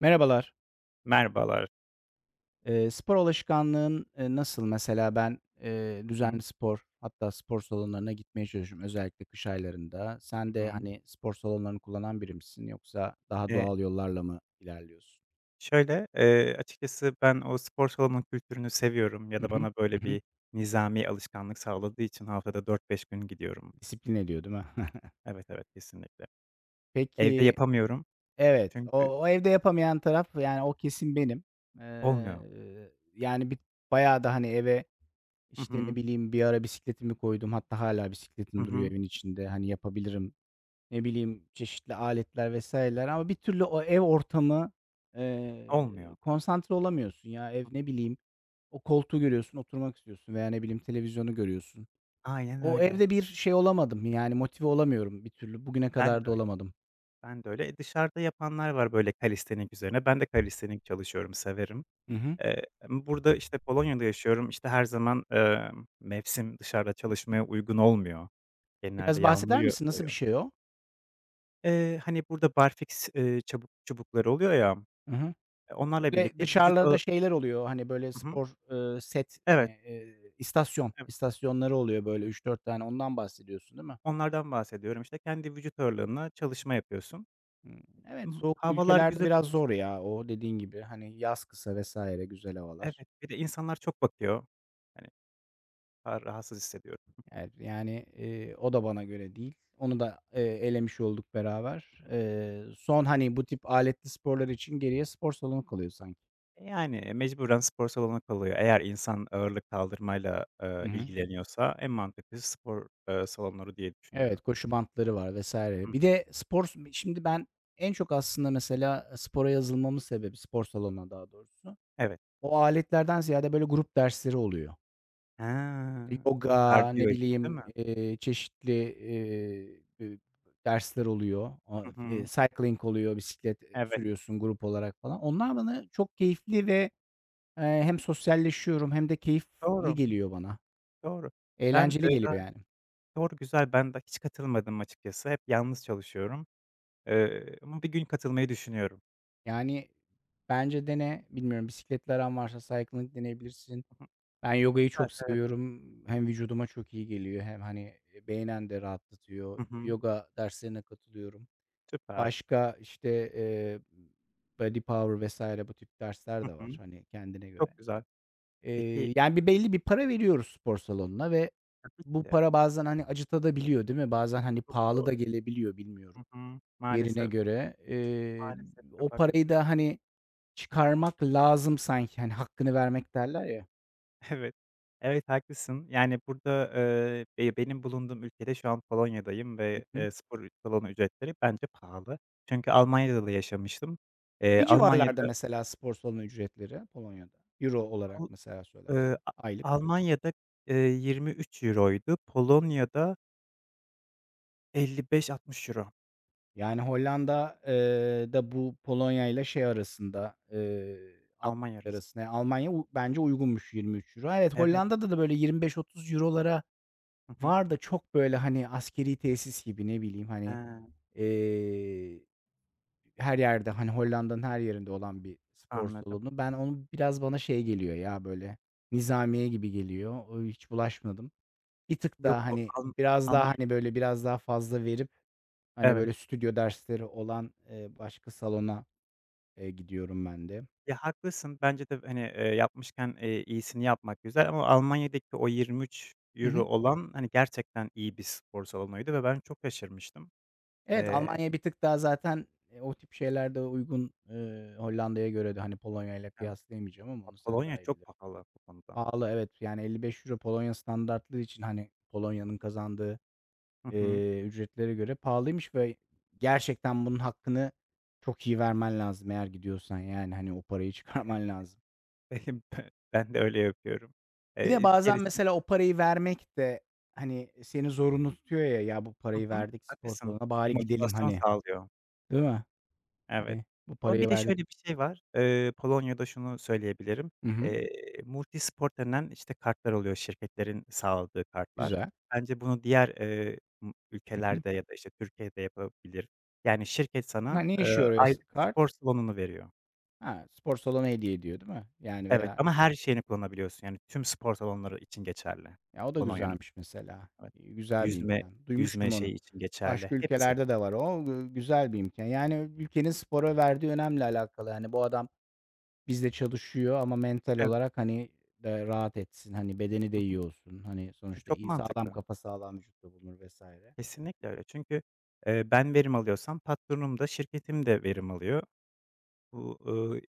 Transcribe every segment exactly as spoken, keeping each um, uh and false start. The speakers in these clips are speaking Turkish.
Merhabalar. Merhabalar. Eee, spor alışkanlığın, eee, nasıl? Mesela ben, eee, Hı hı. düzenli spor hatta spor salonlarına gitmeye çalışıyorum özellikle kış aylarında. Sen Hı. de, hani, spor salonlarını kullanan biri misin yoksa daha Eee, doğal yollarla mı ilerliyorsun? Şöyle, eee, açıkçası ben o spor salonu kültürünü seviyorum ya Hı da hı. bana böyle Hı hı. bir nizami alışkanlık sağladığı için haftada dört beş gün gidiyorum. Disiplin ediyor, değil mi? Evet, evet, kesinlikle. Evde Peki. yapamıyorum Evet, çünkü o o evde yapamayan taraf, yani, o kesin benim. olmuyor. Eee, yani, bir bayağı da, hani, eve, Hı işte, ne hı. bileyim, bir ara bisikletimi koydum hatta hala bisikletim Hı duruyor hı. evin içinde. Hani, yapabilirim. Ne bileyim, çeşitli aletler vesaireler ama bir türlü o ev ortamı, eee, Olmuyor. konsantre olamıyorsun ya. Ev, ne bileyim, o koltuğu görüyorsun, oturmak istiyorsun veya ne bileyim televizyonu görüyorsun. Aynen O öyle. evde bir şey olamadım, yani motive olamıyorum bir türlü. Bugüne Ben de kadar da öyle, olamadım. ben de öyle. E, dışarıda yapanlar var böyle kalistenik üzerine. Ben de kalistenik çalışıyorum, severim. Hı hı. Eee, Burada, işte, Polonya'da yaşıyorum. İşte, her zaman, emm, mevsim dışarıda çalışmaya uygun olmuyor. Genelde Biraz yağmur bahseder yağ misin? Nasıl bir yağıyor. şey o? Eee, hani, burada barfiks, eee, çabuk çubukları oluyor ya, Hı hı. eee, onlarla Böyle birlikte vücut dışarılarda ağı. şeyler oluyor, hani, böyle Hı hı. spor, ııı, set Evet, mi, eee, istasyon, evet. istasyonları oluyor böyle üç dört tane. Ondan bahsediyorsun, değil mi? Onlardan bahsediyorum. İşte, kendi vücut ağırlığınla çalışma yapıyorsun. Hımm. Hı Evet, hı. soğuk Havalar ülkelerde güzel biraz olursa. zor ya o dediğin gibi. Hani yaz kısa vesaire Güzel havalar. Evet, bir de insanlar çok bakıyor. Hani, ra rahatsız hissediyorum. Evet, yani, eee, o da bana göre değil. Onu da, eee, elemiş olduk beraber. Eee, son, hani, bu tip aletli sporlar için geriye spor salonu kalıyor sanki. E, yani, e, mecburen spor salonu kalıyor. Eğer insan ağırlık kaldırmayla, Hı eee, hı. ilgileniyorsa en mantıklısı spor, eee, salonları diye Evet, düşünüyorum. koşu bantları var Hı. vesaire. Bir de spor s şimdi ben en çok aslında mesela e, spora yazılmamın sebebi, spor salonuna daha doğrusu, Evet. o aletlerden ziyade böyle grup dersleri oluyor. Ha, bu Yoga, ne kardiyo için değil bileyim, mi? eee, çeşitli, eee, ııı, dersler oluyor. A Hı eee, hı. cycling oluyor, bisiklet, eee, Evet, sürüyorsun grup olarak falan. Onlar bana çok keyifli ve, eee, hem sosyalleşiyorum hem de keyifli doğru. geliyor bana. Doğru. Ben, Eğlenceli eee, ben geliyor yani. Doğru, güzel. Ben de hiç katılmadım açıkçası. Hep yalnız çalışıyorum. Eee, ama bir gün katılmayı düşünüyorum. Yani, bence dene. Bilmiyorum, bisikletle aran varsa cycling deneyebilirsin. Hı hı. Ben yogayı Güzel, çok severim. seviyorum. Hem vücuduma çok iyi geliyor hem, hani, beynen de rahatlatıyor. Hı hı. Yoga derslerine katılıyorum. Süper. Başka, işte, eee, Body Power vesaire bu tip dersler Hı de var, hı. hani, kendine göre. Çok güzel. Peki. Eee, yani, bir belli bir para veriyoruz spor salonuna ve Tabii ki bu de. para bazen, hani, acıtabiliyor, değil mi? Bazen, hani, Çok pahalı doğru. da gelebiliyor, Hı bilmiyorum, hı. yerine Maalesef, göre. Eee, maalesef o çok parayı haklısın. da, hani, çıkarmak lazım sanki, hani, hakkını vermek derler ya. Evet. Evet, haklısın. Yani, burada, eee, be benim bulunduğum ülkede şu an Polonya'dayım ve, Hı hı. eee, spor salonu ücretleri bence pahalı. Çünkü Almanya'da da yaşamıştım. Eee, Ne civarlarda Almanya'da mesela spor salonu ücretleri Polonya'da? Euro olarak Pol mesela Eee, söylersen A aylık? Almanya'da, eee, yirmi üç euroydu, Polonya'da elli beş euro-altmış euro Yani, Hollanda, eee, da bu Polonya ile şey arasında, eee, Almanya Almanya arası. arasında. Yani Almanya u bence uygunmuş yirmi üç euro. Evet, Evet. Hollanda'da da böyle yirmi beş euro eurolara Hı hı. var da çok böyle, hani, askeri tesis gibi, ne bileyim, He, hani, eee, her yerde, hani, Hollanda'nın her yerinde olan bir spor anladım. salonu. Ben onu biraz bana şey geliyor ya, böyle, nizamiye gibi geliyor. O hiç bulaşmadım. Bir tık Yok, daha, bu hani, Alm biraz daha, Almanya. hani, böyle, biraz daha fazla verip, hani, Evet. böyle, stüdyo dersleri olan, eee, başka salona, eee, gidiyorum ben de. Ya, haklısın. Bence de, hani, eee, yapmışken, eee, iyisini yapmak güzel ama Almanya'daki o yirmi üç Hı euro hı. olan, hani, gerçekten iyi bir spor salonuydu ve ben çok şaşırmıştım. Evet, Eee, Almanya bir tık daha zaten, eee, o tip şeylerde uygun. Eee, Hollanda'ya göre de, hani, Polonya ile evet, kıyaslayamayacağım ama a onu sen daha Polonya iyi çok bilirsin. pahalı bu konuda. Pahalı evet, yani, elli beş Euro Polonya standartları için, hani, Polonya'nın kazandığı, Hı hı. eee, ücretlere göre pahalıymış ve gerçekten bunun hakkını çok iyi vermen lazım eğer gidiyorsan, yani, hani, o parayı çıkarman lazım. Eee, be Ben de öyle yapıyorum. Bir de Eee, bir bazen keresinde. mesela o parayı vermek de, hani, seni zorunlu tutuyor ya, "Ya, bu Hı parayı hı, verdik spor haklısın. salonuna, Bir bari gidelim." motivasyon hani, sağlıyor. değil mi? Evet. Hani, bu Ama bir parayı de verdik. şöyle bir şey var. Eee, Polonya'da şunu söyleyebilirim. Hı hı. Eee, Multisport denen, işte, kartlar oluyor şirketlerin sağladığı kartlar. Güzel. Bence bunu diğer, eee, ımm, Hı hı. ülkelerde ya da, işte, Türkiye'de yapabilir. Yani şirket Na sana, ne eee, işe yarıyor s aylık kart? spor salonunu veriyor. Ha, spor salonu hediye ediyor, değil mi? Yani Evet veya ama her şeyini kullanabiliyorsun. Yani tüm spor salonları için geçerli ya, o da Polonya'nın. güzelmiş mesela. Evet. İii, güzel bir Yüzme imkan. yüzme Duymuştum onu. şeyi için geçerli. Başka Hepsi. ülkelerde de var o. Gü güzel bir imkan. Yani ülkenin spora verdiği önemle alakalı. Hani, bu adam bizde çalışıyor ama mental Evet. olarak, hani, de rahat etsin, hani, bedeni de Hı hı. iyi olsun. Hani, sonuçta Çok iyi sağlam mantıklı. kafa sağlam vücutta bulunur vesaire. Kesinlikle öyle. Çünkü, eee, ben verim alıyorsam patronum da şirketim de verim alıyor. Bu, ııı,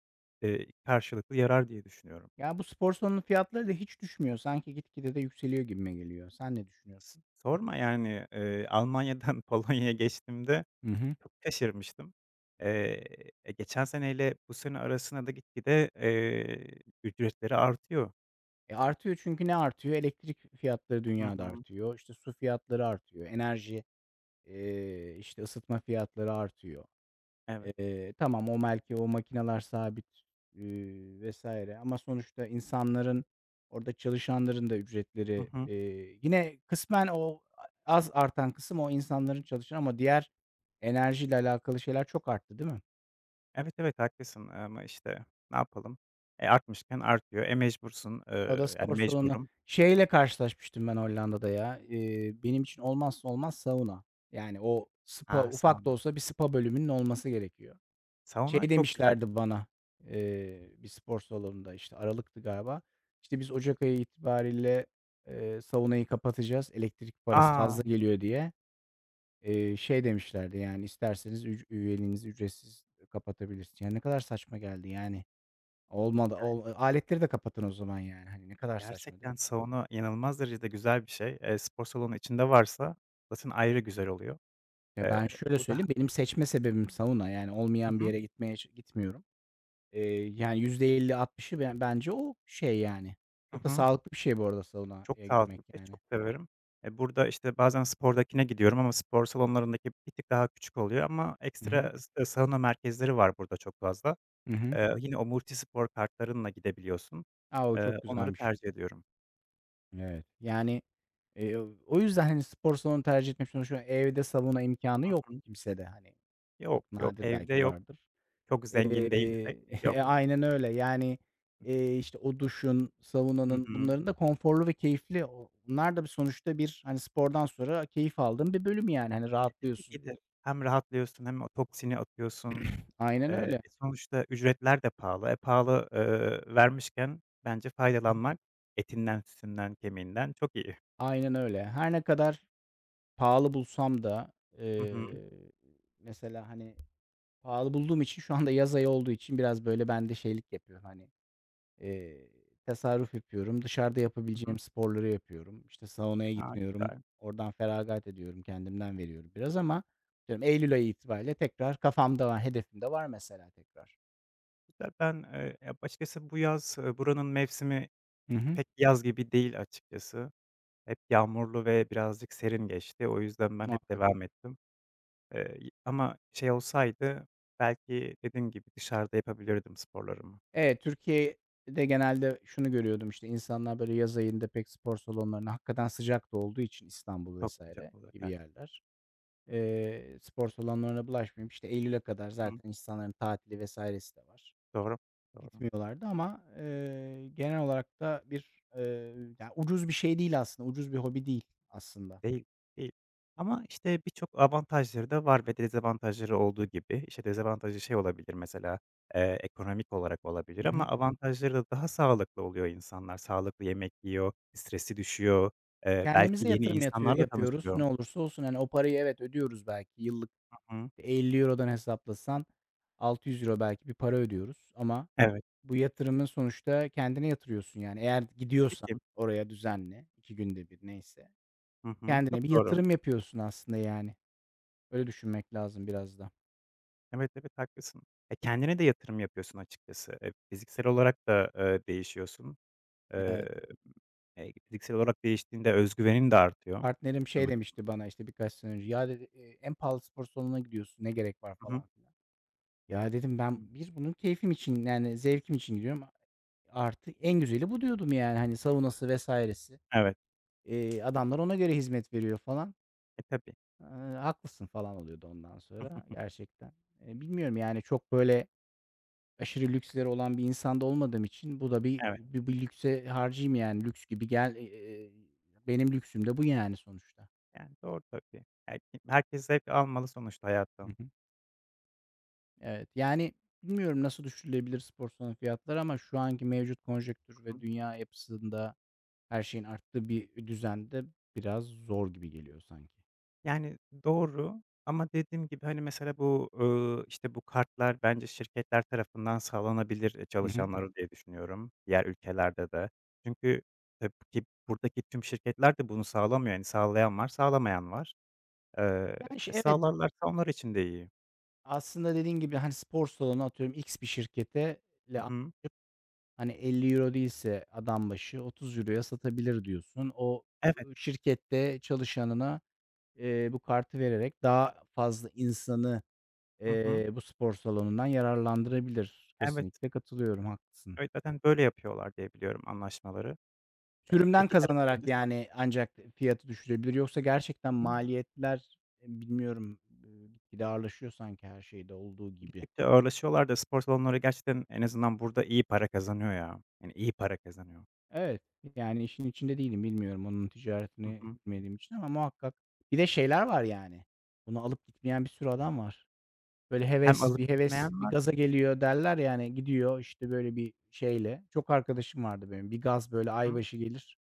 eee, karşılıklı yarar diye düşünüyorum. Ya, bu spor salonu fiyatları da hiç düşmüyor. Sanki gitgide de yükseliyor gibime geliyor. Sen ne S düşünüyorsun? Sorma yani, eee, Almanya'dan Polonya'ya geçtiğimde Hı hı. çok şaşırmıştım. Eee, e, Geçen seneyle bu sene arasında da gitgide, eee, ücretleri artıyor. E, artıyor çünkü ne artıyor? Elektrik fiyatları Hı dünyada hı. artıyor. İşte, su fiyatları artıyor. Enerji, eee, işte, ısıtma fiyatları artıyor. Evet. Eee, tamam, o belki o makineler sabit, eee, vesaire ama sonuçta insanların, orada çalışanların da Hı ücretleri, hı. eee, yine kısmen o az artan kısım o insanların çalışan ama diğer enerjiyle alakalı şeyler çok arttı, değil mi? Evet, evet, haklısın ama işte ne yapalım? E, artmışken artıyor. E, mecbursun. E, o da Eee, yani spor salonu. mecburum. Şeyle karşılaşmıştım ben Hollanda'da ya, eee, benim için olmazsa olmaz sauna. Yani o spa, A, ufak da sauna. olsa bir spa bölümünün olması gerekiyor. Şey Sauna çok güzel. demişlerdi bana, eee, bir spor salonunda, işte, aralıktı galiba, İşte "Biz ocak ayı itibariyle, eee, saunayı kapatacağız, elektrik parası A! fazla geliyor." diye. Eee, şey demişlerdi, yani, isterseniz üc üyeliğinizi ücretsiz kapatabilirsiniz." Yani ne kadar saçma geldi, yani. Olmadı, ol aletleri de kapatın o zaman, yani, hani, ne kadar saçma değil Gerçekten mi? sauna inanılmaz derecede güzel bir şey. Eee, spor salonu içinde varsa zaten ayrı güzel oluyor. Ya, ben Eee, şöyle Burada. söyleyeyim, benim seçme sebebim sauna, yani, Hı olmayan bir hı. yere gitmeye gitmiyorum. Eee, yani yüzde elli altmışı ben bence o şey yani. Hı Çok da hı. sağlıklı bir şey bu arada Çok saunaya girmek sağlıklı, bir şey, yani. çok severim. E, burada, işte, bazen spordakine gidiyorum ama spor salonlarındaki bir tık daha küçük oluyor ama Hı hı. ekstra s e, sauna merkezleri var burada çok fazla. Hı hı. Eee, yine o multispor kartlarınla gidebiliyorsun. A, o Eee, çok Onları güzelmiş. tercih ediyorum. Evet. Yani, eee, o yüzden, hani, spor salonu tercih etmek sonuçta evde sauna imkânı yok Hı. kimsede, hani, Yok, çok yok, nadir evde belki yok. vardır. Çok zengin değilsek Eee, yok. e, aynen öyle. Yani, eee, işte, o duşun, Hı saunanın hı. bunların da konforlu ve keyifli o bunlar da bir sonuçta bir, hani, spordan sonra keyif aldığın bir bölüm yani, hani, E, tabii rahatlıyorsun. ki de hem rahatlıyorsun hem o toksini atıyorsun. Aynen Eee, e, öyle. Sonuçta ücretler de pahalı. E, pahalı, eee, vermişken bence faydalanmak etinden, sütünden, kemiğinden çok iyi. Aynen öyle. Her ne kadar pahalı bulsam da, Hı hı. eee, mesela, hani, pahalı bulduğum için şu anda yaz ayı olduğu için biraz, böyle, ben de şeylik yapıyorum, hani, eee, tasarruf yapıyorum. Dışarıda Hı hı. yapabileceğim sporları yapıyorum. İşte, saunaya A, gitmiyorum. güzel, Oradan feragat ediyorum, kendimden veriyorum biraz ama atıyorum eylül ayı itibariyle tekrar kafamda var, hedefimde var mesela tekrar. güzel. Ben, eee, ya, açıkçası bu yaz, eee, buranın mevsimi Hı hı. pek yaz gibi değil açıkçası. Hep yağmurlu ve birazcık serin geçti. O yüzden ben hep Muhakkak. devam ettim. Eee, y ama şey olsaydı belki dediğim gibi dışarıda yapabilirdim sporlarımı. Evet, Türkiye'de genelde şunu görüyordum, işte, insanlar, böyle, yaz ayında pek spor salonlarına hakikaten sıcak da olduğu için İstanbul Çok vesaire sıcak gibi olurken. yerler, eee, spor salonlarına bulaşmayıp, işte, eylüle kadar Hı hı. zaten insanların tatili vesairesi de var. Doğru, doğru. Gitmiyorlardı ama, eee, genel olarak da bir, eee, ya, ucuz bir şey değil aslında, ucuz bir hobi değil aslında. Değil, değil. Ama, işte, birçok avantajları da var ve dezavantajları olduğu gibi. İşte, dezavantajı şey olabilir mesela, eee, ekonomik olarak olabilir Hı ama hı. avantajları da daha sağlıklı oluyor insanlar. Sağlıklı yemek yiyor, stresi düşüyor, eee, belki Kendimize yeni yatırım yatıyor insanlarla yapıyoruz tanışıyor. ne olursa olsun. Hani, o parayı evet ödüyoruz belki yıllık Hı hı. elli eurodan hesaplasan altı yüz euro belki bir para ödüyoruz ama Evet, bu yatırımın sonuçta kendine yatırıyorsun, yani. Eğer tabii gidiyorsan ki. oraya düzenli, iki günde bir neyse, Hı hı. Çok kendine bir doğru. yatırım yapıyorsun aslında, yani. Öyle düşünmek lazım biraz da. Evet, evet, haklısın. E, kendine de yatırım yapıyorsun açıkçası. E, fiziksel olarak da, eee, değişiyorsun. Evet. Eee, e, Fiziksel olarak değiştiğinde özgüvenin de artıyor. Partnerim şey Otomatik. demişti bana, işte, birkaç sene önce, "Ya" dedi, eee, "en pahalı spor salonuna gidiyorsun, ne gerek var?" Hı hı. falan filan. Ya, dedim, "Ben bir bunun keyfim için, yani, zevkim için gidiyorum. A artı en güzeli bu." diyordum, yani. Hani, saunası vesairesi. Evet. Eee, adamlar ona göre hizmet veriyor falan. E, tabii. Eee, haklısın falan oluyordu ondan sonra gerçekten. Eee, bilmiyorum yani çok böyle aşırı lüksleri olan bir insanda olmadığım için bu da bir Evet, bir bir lükse harcayayım yani lüks gibi gel eee, benim lüksüm de bu yani sonuçta. yani, doğru tabii. Her herkes zevk almalı sonuçta Hı hayattan. hı. Evet, yani bilmiyorum nasıl düşürülebilir spor salonu fiyatları ama şu anki mevcut konjektür ve Hı. dünya yapısında her şeyin arttığı bir düzende biraz zor gibi geliyor sanki. Yani, doğru ama dediğim gibi, hani, mesela bu, ııı, işte, bu kartlar bence şirketler tarafından sağlanabilir, eee, Hı hı. çalışanlara diye düşünüyorum, diğer ülkelerde de. Çünkü tabii ki buradaki tüm şirketler de bunu sağlamıyor. Yani, sağlayan var, sağlamayan var. Eee, Yani, şi e, evet, Sağlarlarsa onlar için de iyi. aslında dediğin gibi, hani, spor salonu atıyorum X bir şirkete le Hı hı. hani elli euro değilse adam başı otuz euroya satabilir diyorsun. O, Evet. ııı, şirkette çalışanına, eee, bu kartı vererek daha fazla insanı, Hı hı. eee, bu spor salonundan yararlandırabilir. Evet. Kesinlikle katılıyorum, haklısın. Evet, zaten böyle yapıyorlar diye biliyorum anlaşmaları. Eee, Sürümden iki taraf için kazanarak de sağ yani ancak fiyatı düşürebilir. Yoksa gerçekten Hı hı. maliyetler, eee, bilmiyorum, ııı, gitgide ağırlaşıyor sanki her şeyde olduğu gibi. Gittikçe ağırlaşıyorlar da spor salonları gerçekten en azından burada iyi para kazanıyor ya. Yani iyi para kazanıyor. Evet, yani işin içinde değilim, bilmiyorum onun Hı ticaretini hı. bilmediğim için ama muhakkak bir de şeyler var yani, bunu alıp gitmeyen bir sürü adam var. Böyle Hem heves alıp bir heves, gitmeyen bir var. gaza geliyor derler yani, gidiyor, işte, böyle, bir şeyle. Çok arkadaşım vardı benim, bir gaz, böyle, Hı hı. aybaşı gelir,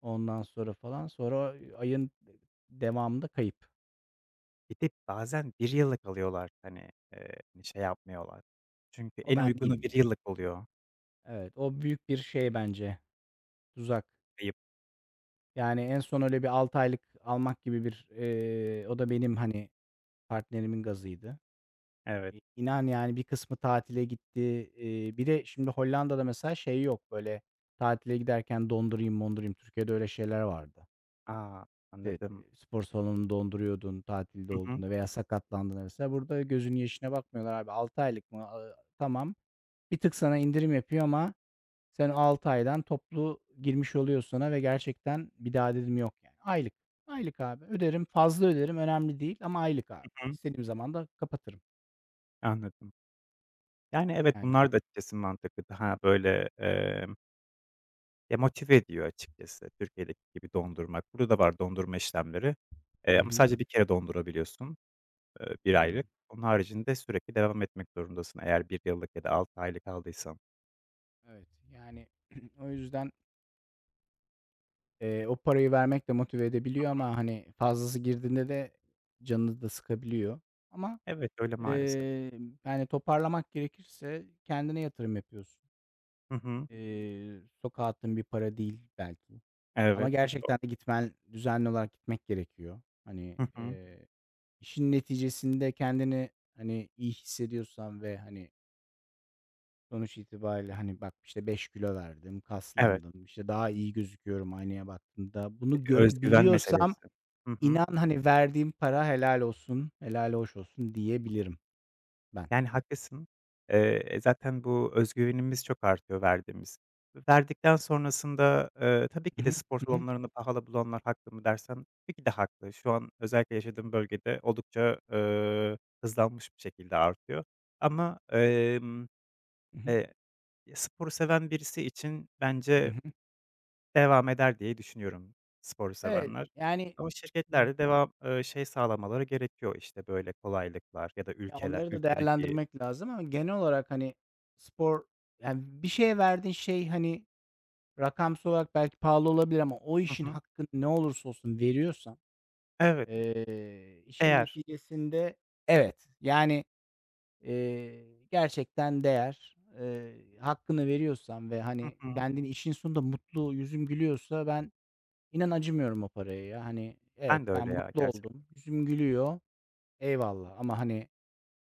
ondan sonra falan, sonra o ayın devamında kayıp. Bir de bazen bir yıllık alıyorlar. Hani, eee, hani, şey yapmıyorlar. Çünkü O en ben uygunu değilim bir ya. yıllık oluyor. Evet, o büyük bir şey bence, tuzak. Kayıp. Yani en son öyle bir altı aylık almak gibi bir, eee, o da benim, hani, partnerimin gazıydı. Evet. İ inan yani bir kısmı tatile gitti. Eee, bir de şimdi Hollanda'da mesela şey yok, böyle, tatile giderken dondurayım mondurayım. Türkiye'de öyle şeyler vardı. A! İşte, Anladım. eee, spor salonunu donduruyordun tatilde Hı hı. olduğunda veya sakatlandığında mesela. Burada gözünün yaşına bakmıyorlar abi. altı aylık mı? Aaa, tamam. Bir tık sana indirim yapıyor ama sen o aydan toplu girmiş oluyor sana ve gerçekten bir daha dedim yok yani. Aylık. Aylık abi. Öderim, fazla öderim önemli değil ama aylık abi. Hı hı. İstediğim zaman da kapatırım Anladım. Yani, evet, yani. bunlar da açıkçası mantıklı. Daha böyle, emm, ya, motive ediyor açıkçası Türkiye'deki gibi dondurmak. Burada da var dondurma işlemleri, eee, Hı ama hı. sadece bir kere dondurabiliyorsun. Eee, bir Hıı. aylık. Onun haricinde sürekli devam etmek zorundasın eğer bir yıllık ya da altı aylık aldıysan. Evet, yani, o yüzden, eee, o parayı vermek de motive edebiliyor ama, hani, fazlası girdiğinde de canını da sıkabiliyor. Ama, Evet, öyle eee, maalesef. yani, toparlamak gerekirse kendine yatırım yapıyorsun. Hı hı. Eee, sokağa attığın bir para değil belki ama Evet, çok doğru. gerçekten de gitmen düzenli olarak gitmek gerekiyor. Hani, Hı hı. eee, işin neticesinde kendini, hani, iyi hissediyorsan ve, hani, sonuç itibariyle, hani, bak, işte, beş kilo verdim, Evet, kaslandım, işte, daha iyi gözüküyorum aynaya baktığımda. Bunu bir özgüven görebiliyorsam meselesi. Hı hı. inan, hani, verdiğim para helal olsun, helal hoş olsun diyebilirim ben. Yani haklısın. Eee, e, zaten bu özgüvenimiz çok artıyor verdiğimiz. Verdikten sonrasında, eee, tabii Hı ki de hı. spor Hı hı. salonlarını pahalı bulanlar haklı mı dersen, tabii ki de haklı. Şu an özellikle yaşadığım bölgede oldukça, eee, hızlanmış bir şekilde artıyor ama, emm, Hı hı. eee Ya, sporu seven birisi için Hı bence hı. devam eder diye düşünüyorum sporu Evet, sevenler. yani, Ama şirketler ımm, de devam eee, şey sağlamaları gerekiyor, işte, böyle kolaylıklar ya da ya, ülkeler onları da ülkedeki. değerlendirmek lazım ama genel olarak, hani, spor, yani, bir şeye verdiğin şey, hani, rakamsal olarak belki pahalı olabilir ama o Hı işin hı. hakkını ne olursa olsun veriyorsan. Evet, Eee, işin değer. neticesinde evet, yani, eee, gerçekten değer. Eee, hakkını veriyorsan ve, Hı hani, hı. kendini işin sonunda mutlu, yüzün gülüyorsa ben inan acımıyorum o paraya ya. Hani, evet, Ben de ben öyle ya mutlu gerçekten. oldum, yüzüm gülüyor, eyvallah ama, hani,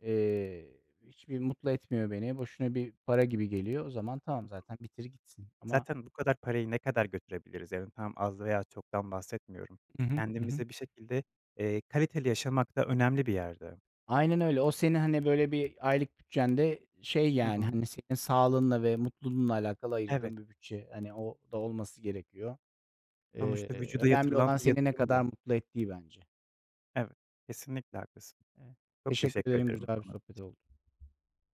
eee, hiçbir mutlu etmiyor beni, boşuna bir para gibi geliyor. O zaman Hı tamam hı. zaten bitir gitsin ama. Zaten bu kadar parayı ne kadar götürebiliriz? Yani tamam az veya çoktan bahsetmiyorum. Hı hı. Hı hı. Kendimize bir şekilde, eee, kaliteli yaşamak da önemli bir yerde. Aynen öyle. O senin, hani, böyle, bir aylık bütçende şey, Hı yani, hı. hani, senin sağlığınla ve mutluluğunla alakalı Evet, ayırdığın bir bütçe. Hani, o da olması gerekiyor. sonuçta Eee, vücuda önemli yatırılan olan bir seni ne yatırım kadar bu. mutlu ettiği bence. Evet, kesinlikle haklısın. Eee, Çok teşekkür teşekkür ederim. ederim Güzel bir sana. sohbet oldu.